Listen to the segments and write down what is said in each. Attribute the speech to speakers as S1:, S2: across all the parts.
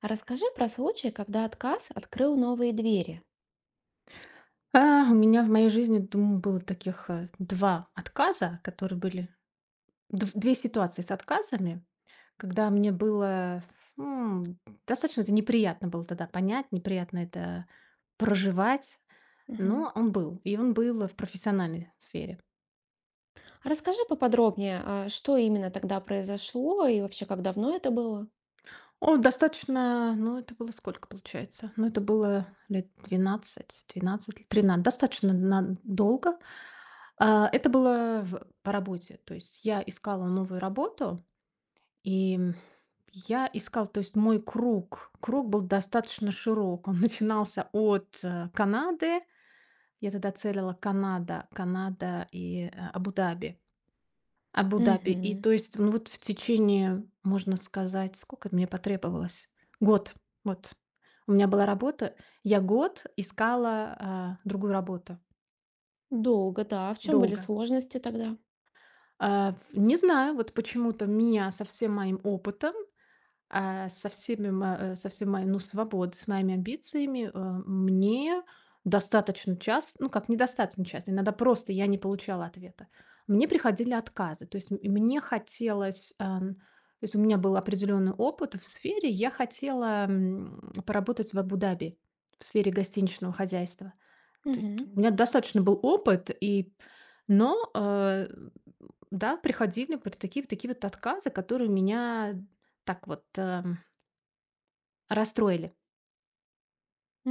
S1: А, расскажи про случай, когда отказ открыл новые двери.
S2: У меня в моей жизни, думаю, было таких два отказа, которые были две ситуации с отказами, когда мне было м, достаточно это неприятно было тогда понять, неприятно это проживать,
S1: Мгм.
S2: но он был, и он был в профессиональной сфере.
S1: А, расскажи поподробнее, что именно тогда произошло и вообще, как давно это было?
S2: Он достаточно, ну это было сколько получается? Ну это было лет 12, 12, 13, достаточно долго. Это было по работе, то есть я искала новую работу, И, я искала, то есть мой круг был достаточно широк. Он начинался от Канады. Я тогда целила Канада и Абу-Даби. Абу-Даби. И
S1: Угу.
S2: то есть, ну, вот в течение, можно сказать, сколько это мне потребовалось? Год. Вот. У меня была работа. Я год искала другую работу.
S1: Долго, да. А в чем были
S2: Долго.
S1: сложности тогда?
S2: А, ф не знаю, вот почему-то меня со всем моим опытом, со всеми со всей моей, ну, свободой, с моими амбициями, мне достаточно часто, ну, как недостаточно часто, иногда просто я не получала ответа. Мне приходили отказы. То есть мне хотелось, то есть у меня был определенный опыт в сфере, я хотела поработать в Абу-Даби в сфере гостиничного хозяйства. То есть у
S1: Угу.
S2: меня достаточно был опыт, но да, приходили вот такие вот отказы, которые меня так вот расстроили.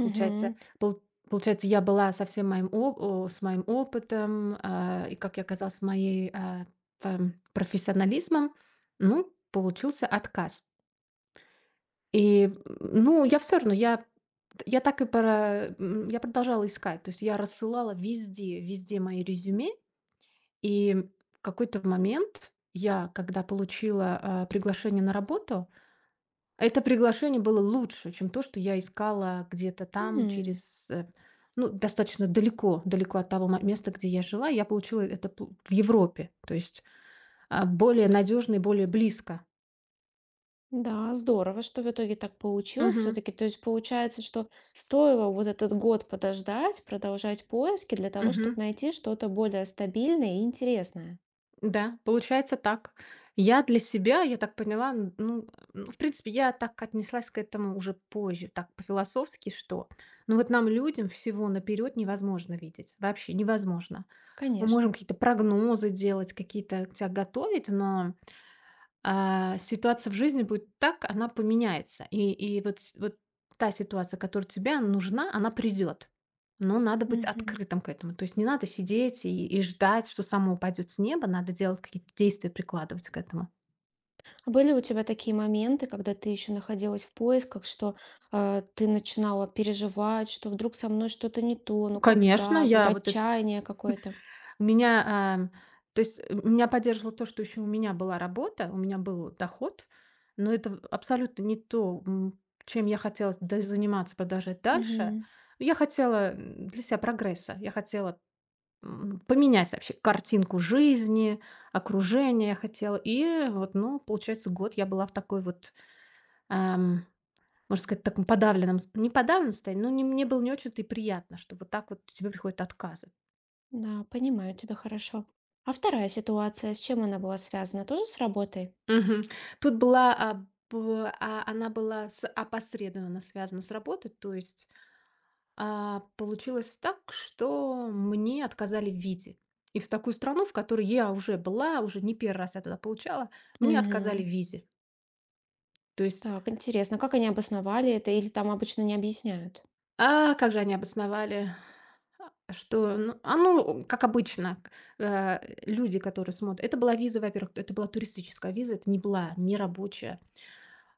S2: Получается, пол получается, я была со всем моим оп о с моим опытом, и, как я оказалась, с моей профессионализмом, ну, получился отказ. И ну, я все равно, я так и пора я продолжала искать. То есть я рассылала везде мои резюме. И в какой-то момент я, когда получила приглашение на работу, это приглашение было лучше, чем то, что я искала где-то там через ну, достаточно далеко, далеко от того ма места, где я жила. Я получила это пл в Европе, то есть более надежно и более близко.
S1: Да, здорово, что в итоге так получилось
S2: Мгм.
S1: все-таки. То есть получается, что стоило вот этот год подождать, продолжать поиски для того, чтобы
S2: Мгм.
S1: найти что-то более стабильное и интересное.
S2: Да, получается так. Я для себя, я так поняла, ну, в принципе, я так отнеслась к этому уже позже, так по-философски, что, ну вот нам, людям, всего наперед невозможно видеть, вообще невозможно. Мы можем
S1: Конечно.
S2: какие-то прогнозы делать, какие-то тебя готовить, но ситуация в жизни будет так, она поменяется. И вот та ситуация, которая тебе нужна, она придет. Но надо быть
S1: Мгм.
S2: открытым к этому. То есть не надо сидеть и ждать, что само упадет с неба. Надо делать какие-то действия, прикладывать к этому.
S1: А были у тебя такие моменты, когда ты еще находилась в поисках, что ты начинала переживать, что вдруг со мной что-то не то, ну как
S2: Конечно,
S1: так, вот
S2: я вот это...
S1: отчаяние какое-то.
S2: У меня... ам, то есть меня поддерживало то, что еще у меня была работа, у меня был доход, но это абсолютно не то чем я хотела заниматься, продолжать дальше.
S1: Мгм.
S2: Я хотела для себя прогресса, я хотела поменять вообще картинку жизни, окружение я хотела. И вот, ну, получается, год я была в такой вот, эм, можно сказать, таком подавленном, не подавленном состоянии, но не, мне было не очень-то и приятно, что вот так вот тебе приходят отказы.
S1: Да, понимаю тебя хорошо. А вторая ситуация, с чем она была связана? Тоже с работой?
S2: Мгм. Тут была, она была опосредованно связана с работой, то есть получилось так, что мне отказали в визе. И в такую страну, в которой я уже была, уже не первый раз я туда получала, мне отказали в
S1: Мгм.
S2: визе. То есть
S1: Так, интересно, как они обосновали это или там обычно не объясняют?
S2: А, как же они обосновали, что, ну, ну, как обычно, э, люди, которые смотрят, это была виза, во-первых, это была туристическая виза, это не была не рабочая.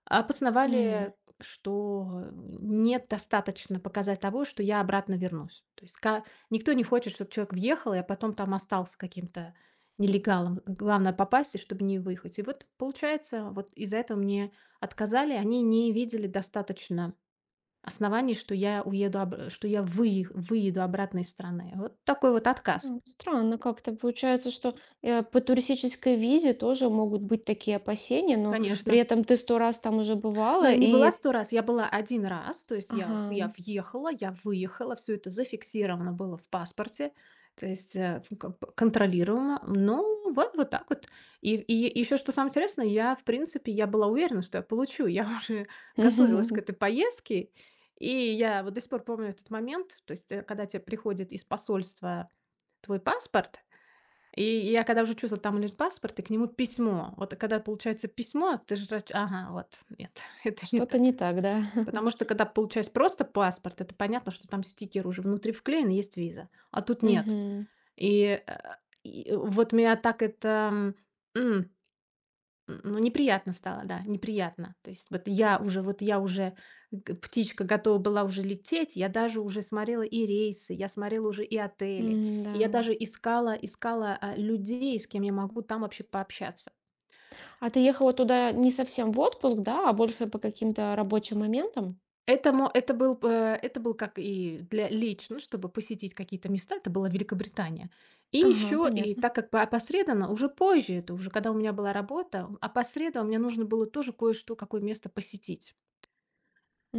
S1: Мгм.
S2: Обосновали, что нет достаточно показать того, что я обратно вернусь. То есть ка никто не хочет, чтобы человек въехал, а потом там остался каким-то нелегалом. Главное попасть, и чтобы не выехать. И вот получается, вот из-за этого мне отказали. Они не видели достаточно оснований, что я уеду обр что я выеду обратно из страны. Вот такой вот отказ,
S1: Ну, странно как-то. Получается, что по туристической визе тоже могут быть такие опасения, но при
S2: конечно.
S1: этом ты сто раз там уже
S2: Но
S1: бывала,
S2: я не была
S1: и
S2: 100 раз, я была один раз. То есть я
S1: Ага.
S2: въехала, я выехала, все это зафиксировано было в паспорте, то есть, э, ф как бы контролируемо. Ну, вот так вот. И еще что самое интересное, я, в принципе, я была уверена, что я получу. Я уже готовилась к этой поездке, и я вот до сих пор помню этот момент. То есть, когда тебе приходит из посольства твой паспорт. И я когда уже чувствовала, там лежит паспорт, и к нему письмо. Вот когда получается письмо, ты же сразу чу ага, вот, нет, это не
S1: Что-то
S2: то.
S1: не так, да?
S2: Потому что когда получается просто паспорт, это понятно, что там стикер уже внутри вклеен и есть виза, а тут нет.
S1: Мгм.
S2: И, э, и вот меня так это, ну, неприятно стало, да, неприятно. То есть вот я уже, г птичка готова была уже лететь, я даже уже смотрела и рейсы, я смотрела уже и отели,
S1: М,
S2: и я
S1: да.
S2: даже искала людей, с кем я могу там вообще пообщаться.
S1: А ты ехала туда не совсем в отпуск, да, а больше по каким-то рабочим моментам?
S2: Это мо это был, это был как и для лично, чтобы посетить какие-то места, это была Великобритания. И
S1: Ага,
S2: еще, и
S1: понятно.
S2: так как по опосредованно, уже позже, это уже когда у меня была работа, опосредованно мне нужно было тоже кое-что, какое место посетить.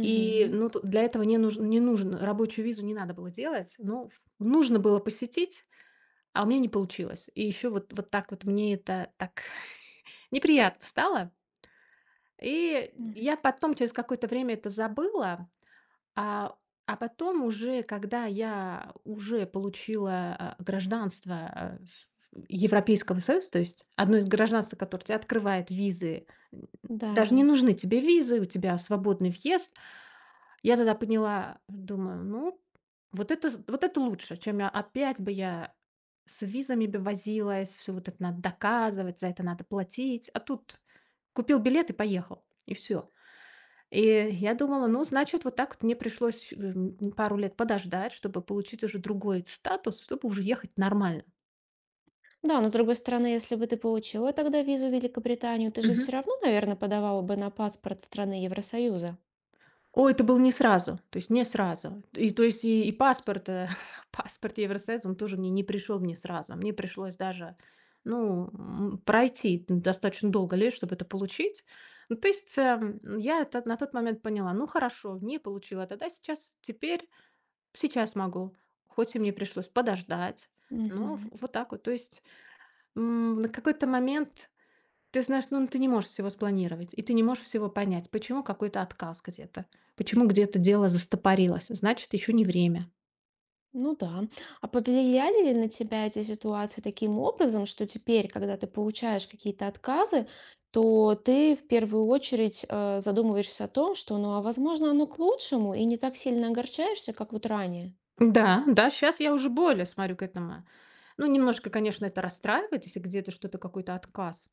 S2: И, ну, тут для этого не нужен, рабочую визу не надо было делать, но ф нужно было посетить, а у меня не получилось. И еще вот так вот мне это так неприятно стало. И
S1: М,
S2: я потом через какое-то время это забыла, а а потом уже, когда я уже получила гражданство, а, ф Европейского Союза, то есть одно из гражданств, которое те открывает визы, н
S1: да.
S2: даже не нужны тебе визы, у тебя свободный въезд. Я тогда поняла, думаю, ну, вот это з вот это лучше, чем я опять бы я с визами бы возилась, всё вот это надо доказывать, за это надо платить. А тут купил билет и поехал, и все. И я думала, ну, значит, вот так вот мне пришлось, пару лет подождать, чтобы получить уже другой статус, чтобы уже ехать нормально.
S1: Да, но с другой стороны, если бы ты получила тогда визу в Великобританию, ты же все равно, наверное, подавала бы на паспорт страны Евросоюза.
S2: Ой, это был не сразу, то есть не сразу. И то есть и паспорт, паспорт Евросоюза, он тоже мне не пришел мне сразу. Мне пришлось даже, ну, пройти достаточно долго лет, чтобы это получить. Ну, то есть, я это на тот момент поняла: ну, хорошо, не получила тогда, сейчас, теперь, сейчас могу. Хоть и мне пришлось подождать. Ну, в
S1: Мгм.
S2: вот так вот. То есть, на какой-то момент ты знаешь, ну ты не можешь всего спланировать, и ты не можешь всего понять, почему какой-то отказ где-то, почему где-то дело застопорилось, значит, еще не время.
S1: Ну да. А повлияли ли на тебя эти ситуации таким образом, что теперь, когда ты получаешь какие-то отказы, то ты в первую очередь задумываешься о том, что, ну, а возможно, оно к лучшему, и не так сильно огорчаешься, как вот ранее.
S2: Да, да, сейчас я уже более смотрю к этому. Ну, немножко, конечно, это расстраивает, если где-то что-то, какой-то отказ.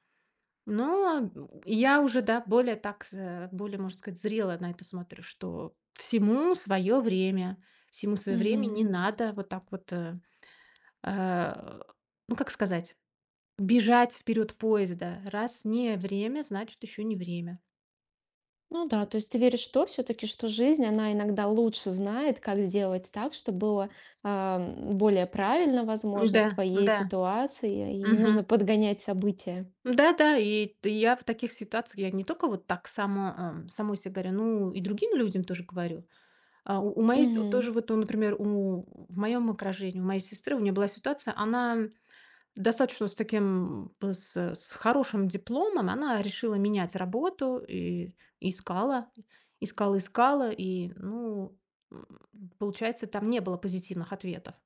S2: Но я уже, да, более так, более, можно сказать, зрело на это смотрю, что всему свое время не
S1: Мгм.
S2: надо вот так вот, э, ну, как сказать, бежать вперед поезда. Раз не время, значит, еще не время.
S1: Ну да, то есть ты веришь в то все-таки, что жизнь, она иногда лучше знает, как сделать так, чтобы было более правильно, возможно,
S2: Да,
S1: в твоей
S2: да.
S1: ситуации, и не нужно
S2: Мгм.
S1: подгонять события.
S2: Да-да, и т я в таких ситуациях, я не только вот так само, самой се говорю, ну и другим людям тоже говорю. У моей с тоже вот, ну, например, у в моем окружении, у моей сестры, у нее была ситуация, она достаточно с таким, п с хорошим дипломом она решила менять работу и искала, искала, искала. И, ну, м, получается, там не было позитивных ответов.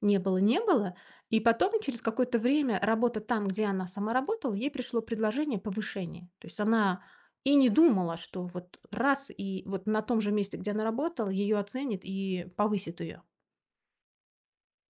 S2: Не было, не было. И потом, через какое-то время, работа там, где она сама работала, ей пришло предложение повышения. То есть она и не думала, что вот раз и вот на том же месте, где она работала, ее оценит и повысит ее.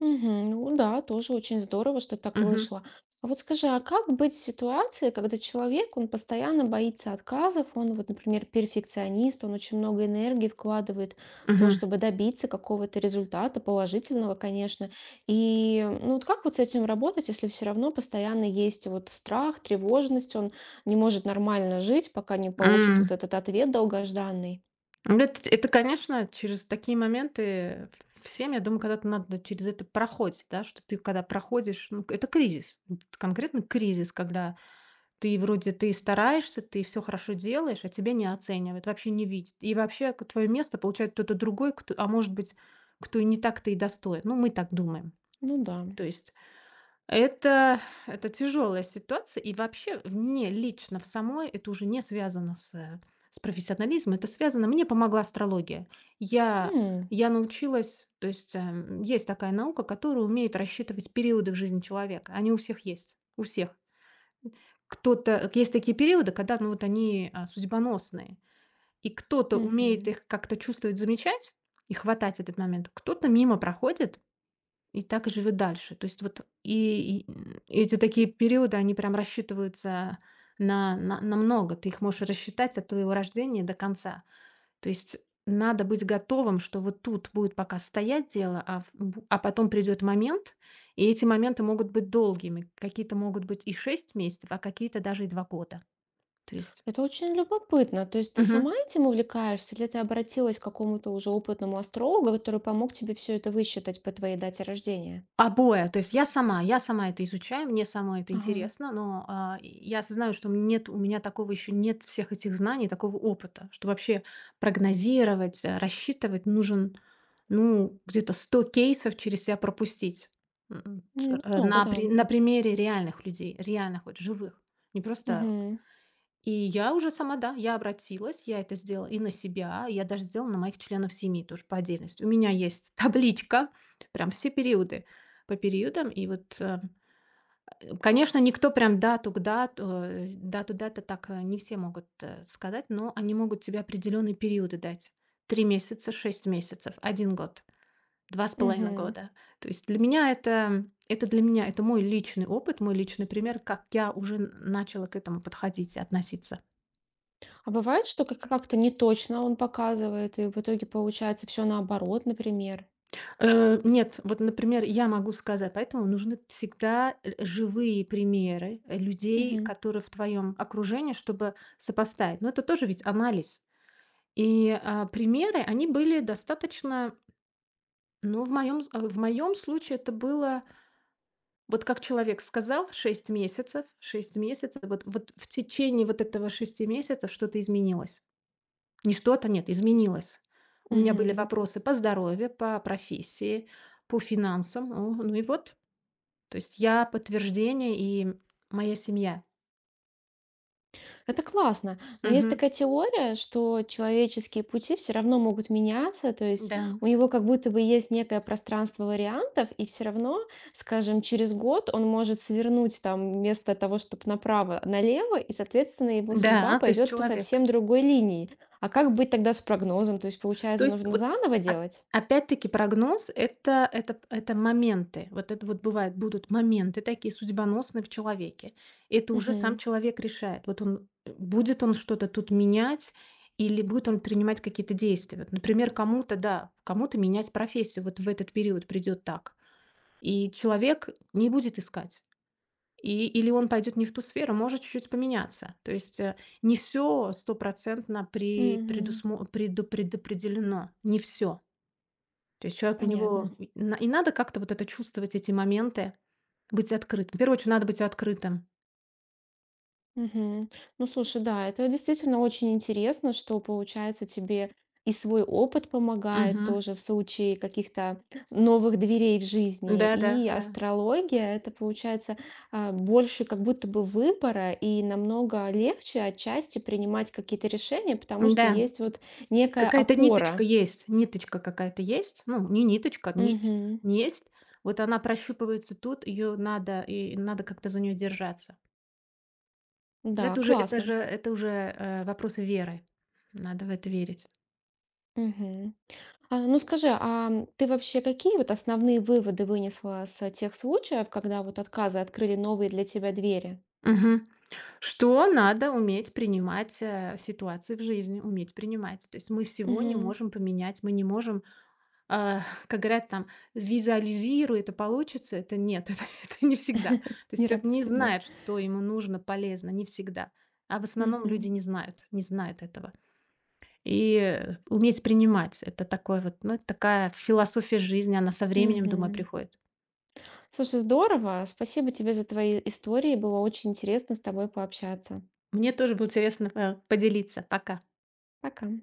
S1: Мгм. Ну да, тоже очень здорово, что так
S2: Мгм.
S1: вышло. А вот скажи, а как быть в ситуации, когда человек, он постоянно боится отказов, он вот, например, перфекционист, он очень много энергии вкладывает в то,
S2: Мгм.
S1: чтобы добиться какого-то результата, положительного, конечно. И ну вот как вот с этим работать, если все равно постоянно есть вот страх, тревожность, он не может нормально жить, пока не получит вот этот ответ долгожданный?
S2: Ну, это, конечно, через такие моменты всем, я думаю, когда-то надо через это проходить, да, что ты когда проходишь, ну, это кризис, конкретно кризис, когда ты вроде ты стараешься, ты все хорошо делаешь, а тебя не оценивают, вообще не видят. И вообще твое место получает кто-то другой, кто, а может быть, кто и не так-то и достоин. Ну, мы так думаем.
S1: Ну да.
S2: То есть это это тяжелая ситуация. И вообще, в мне лично в самой это уже не связано с с профессионализмом. Это связано, мне помогла астрология. Я
S1: М,
S2: я научилась, то есть, есть такая наука, которая умеет рассчитывать периоды в жизни человека. Они у всех есть, у всех. Кто-то есть такие периоды, когда, ну, вот они судьбоносные, и кто-то умеет
S1: мгм.
S2: их как-то чувствовать, замечать и хватать этот момент, кто-то мимо проходит и так и живет дальше. То есть вот эти такие периоды, они прям рассчитываются на много. Ты их можешь рассчитать от твоего рождения до конца. То есть надо быть готовым, что вот тут будет пока стоять дело, потом придет момент, и эти моменты могут быть долгими. Какие-то могут быть и 6 месяцев, а какие-то даже и 2 года. То есть...
S1: Это очень любопытно. То есть ты
S2: Мгм.
S1: сама этим увлекаешься, или ты обратилась к какому-то уже опытному астрологу, который помог тебе все это высчитать по твоей дате рождения?
S2: Обои. То есть я сама это изучаю, мне самой это
S1: Ага.
S2: интересно, но я осознаю, что нет у меня такого, еще нет всех этих знаний, такого опыта, что вообще прогнозировать, рассчитывать нужен, ну, где-то 100 кейсов через себя пропустить,
S1: Много,
S2: на
S1: да.
S2: при на примере реальных людей, реальных вот живых, не просто.
S1: Мгм.
S2: И я уже сама, да, я обратилась, я это сделала и на себя, я даже сделала на моих членов семьи тоже по отдельности. У меня есть табличка, прям все периоды по периодам. И вот, конечно, никто прям дату к дату, дату дата так не все могут сказать, но они могут тебе определенные периоды дать. Три месяца, шесть месяцев, один год, два с половиной
S1: Мгм.
S2: года. То есть для меня это для меня, это мой личный опыт, мой личный пример, как я уже начала к этому подходить и относиться.
S1: А бывает, что как-то не точно он показывает, и в итоге получается все наоборот, например.
S2: Нет, вот, например, я могу сказать, поэтому нужны всегда живые примеры людей,
S1: Мгм.
S2: которые в твоем окружении, чтобы сопоставить. Но это тоже ведь анализ. И примеры, они были достаточно, ну, в моем случае это было, вот как человек сказал, 6 месяцев, вот, вот в течение вот этого шести месяцев что-то изменилось. Не что-то, нет, изменилось. У меня были
S1: Мгм.
S2: вопросы по здоровью, по профессии, по финансам. Ну и вот. То есть я подтверждение, и моя семья.
S1: Это классно, но есть
S2: Мгм.
S1: такая теория, что человеческие пути все равно могут меняться, то есть
S2: Да.
S1: у него как будто бы есть некое пространство вариантов, и все равно, скажем, через год он может свернуть там вместо того, чтобы направо, налево, и, соответственно, его судьба
S2: Да, то есть
S1: пойдет по
S2: человек.
S1: совсем другой линии. А как быть тогда с прогнозом? То есть,
S2: То
S1: получается,
S2: есть
S1: нужно
S2: вот
S1: заново
S2: оп
S1: делать?
S2: опять-таки, это моменты. Вот это вот бывает, будут моменты такие судьбоносные в человеке. Это уже сам
S1: Мгм.
S2: человек решает. Вот он, будет он что-то тут менять или будет он принимать какие-то действия. Вот, например, кому-то, да, кому-то менять профессию вот в этот период придет так. И человек не будет искать. Или он пойдет не в ту сферу, может чуть-чуть поменяться. То есть, не все стопроцентно при
S1: Мгм.
S2: предусмо преду предопределено, не все. То есть человек, у
S1: Понятно.
S2: него и на и надо как-то вот это чувствовать, эти моменты, быть открытым. В первую очередь надо быть открытым.
S1: Мгм. Ну, слушай, да, это действительно очень интересно, что получается тебе и свой опыт помогает
S2: Мгм.
S1: тоже в случае каких-то новых дверей в жизни,
S2: Да-да,
S1: и
S2: да.
S1: астрология, это получается больше как будто бы выбора и намного легче отчасти принимать какие-то решения,
S2: Да
S1: потому что
S2: да.
S1: есть вот некая
S2: Какая-то ниточка
S1: опора.
S2: есть, ниточка какая-то есть. Ну, не ниточка, нить
S1: Мгм.
S2: есть. Вот она прощупывается тут, ее надо как-то за нее держаться. Но
S1: Да,
S2: это уже это
S1: классно.
S2: же это уже, вопрос веры. Надо в это верить.
S1: Мгм. Ну скажи, а ты вообще какие вот основные выводы вынесла с тех случаев, когда вот отказы открыли новые для тебя двери?
S2: Мгм. Что надо уметь принимать, ситуации в жизни, уметь принимать. То есть мы всего не
S1: Мгм.
S2: можем поменять, мы не можем, а, как говорят там: "Визуализируй, это получится". Это нет, это не всегда. То есть
S1: Не
S2: человек не
S1: работает, да?
S2: знает, что ему нужно, полезно, не всегда. А в основном люди
S1: Мгм.
S2: не знают, не знают этого. И уметь принимать — это такое вот, ну, это такая философия жизни, она со временем, думаю,
S1: Мгм.
S2: приходит.
S1: Слушай, здорово. Спасибо тебе за твои истории. Было очень интересно с тобой пообщаться.
S2: Мне тоже было интересно, поделиться. Пока.
S1: Пока.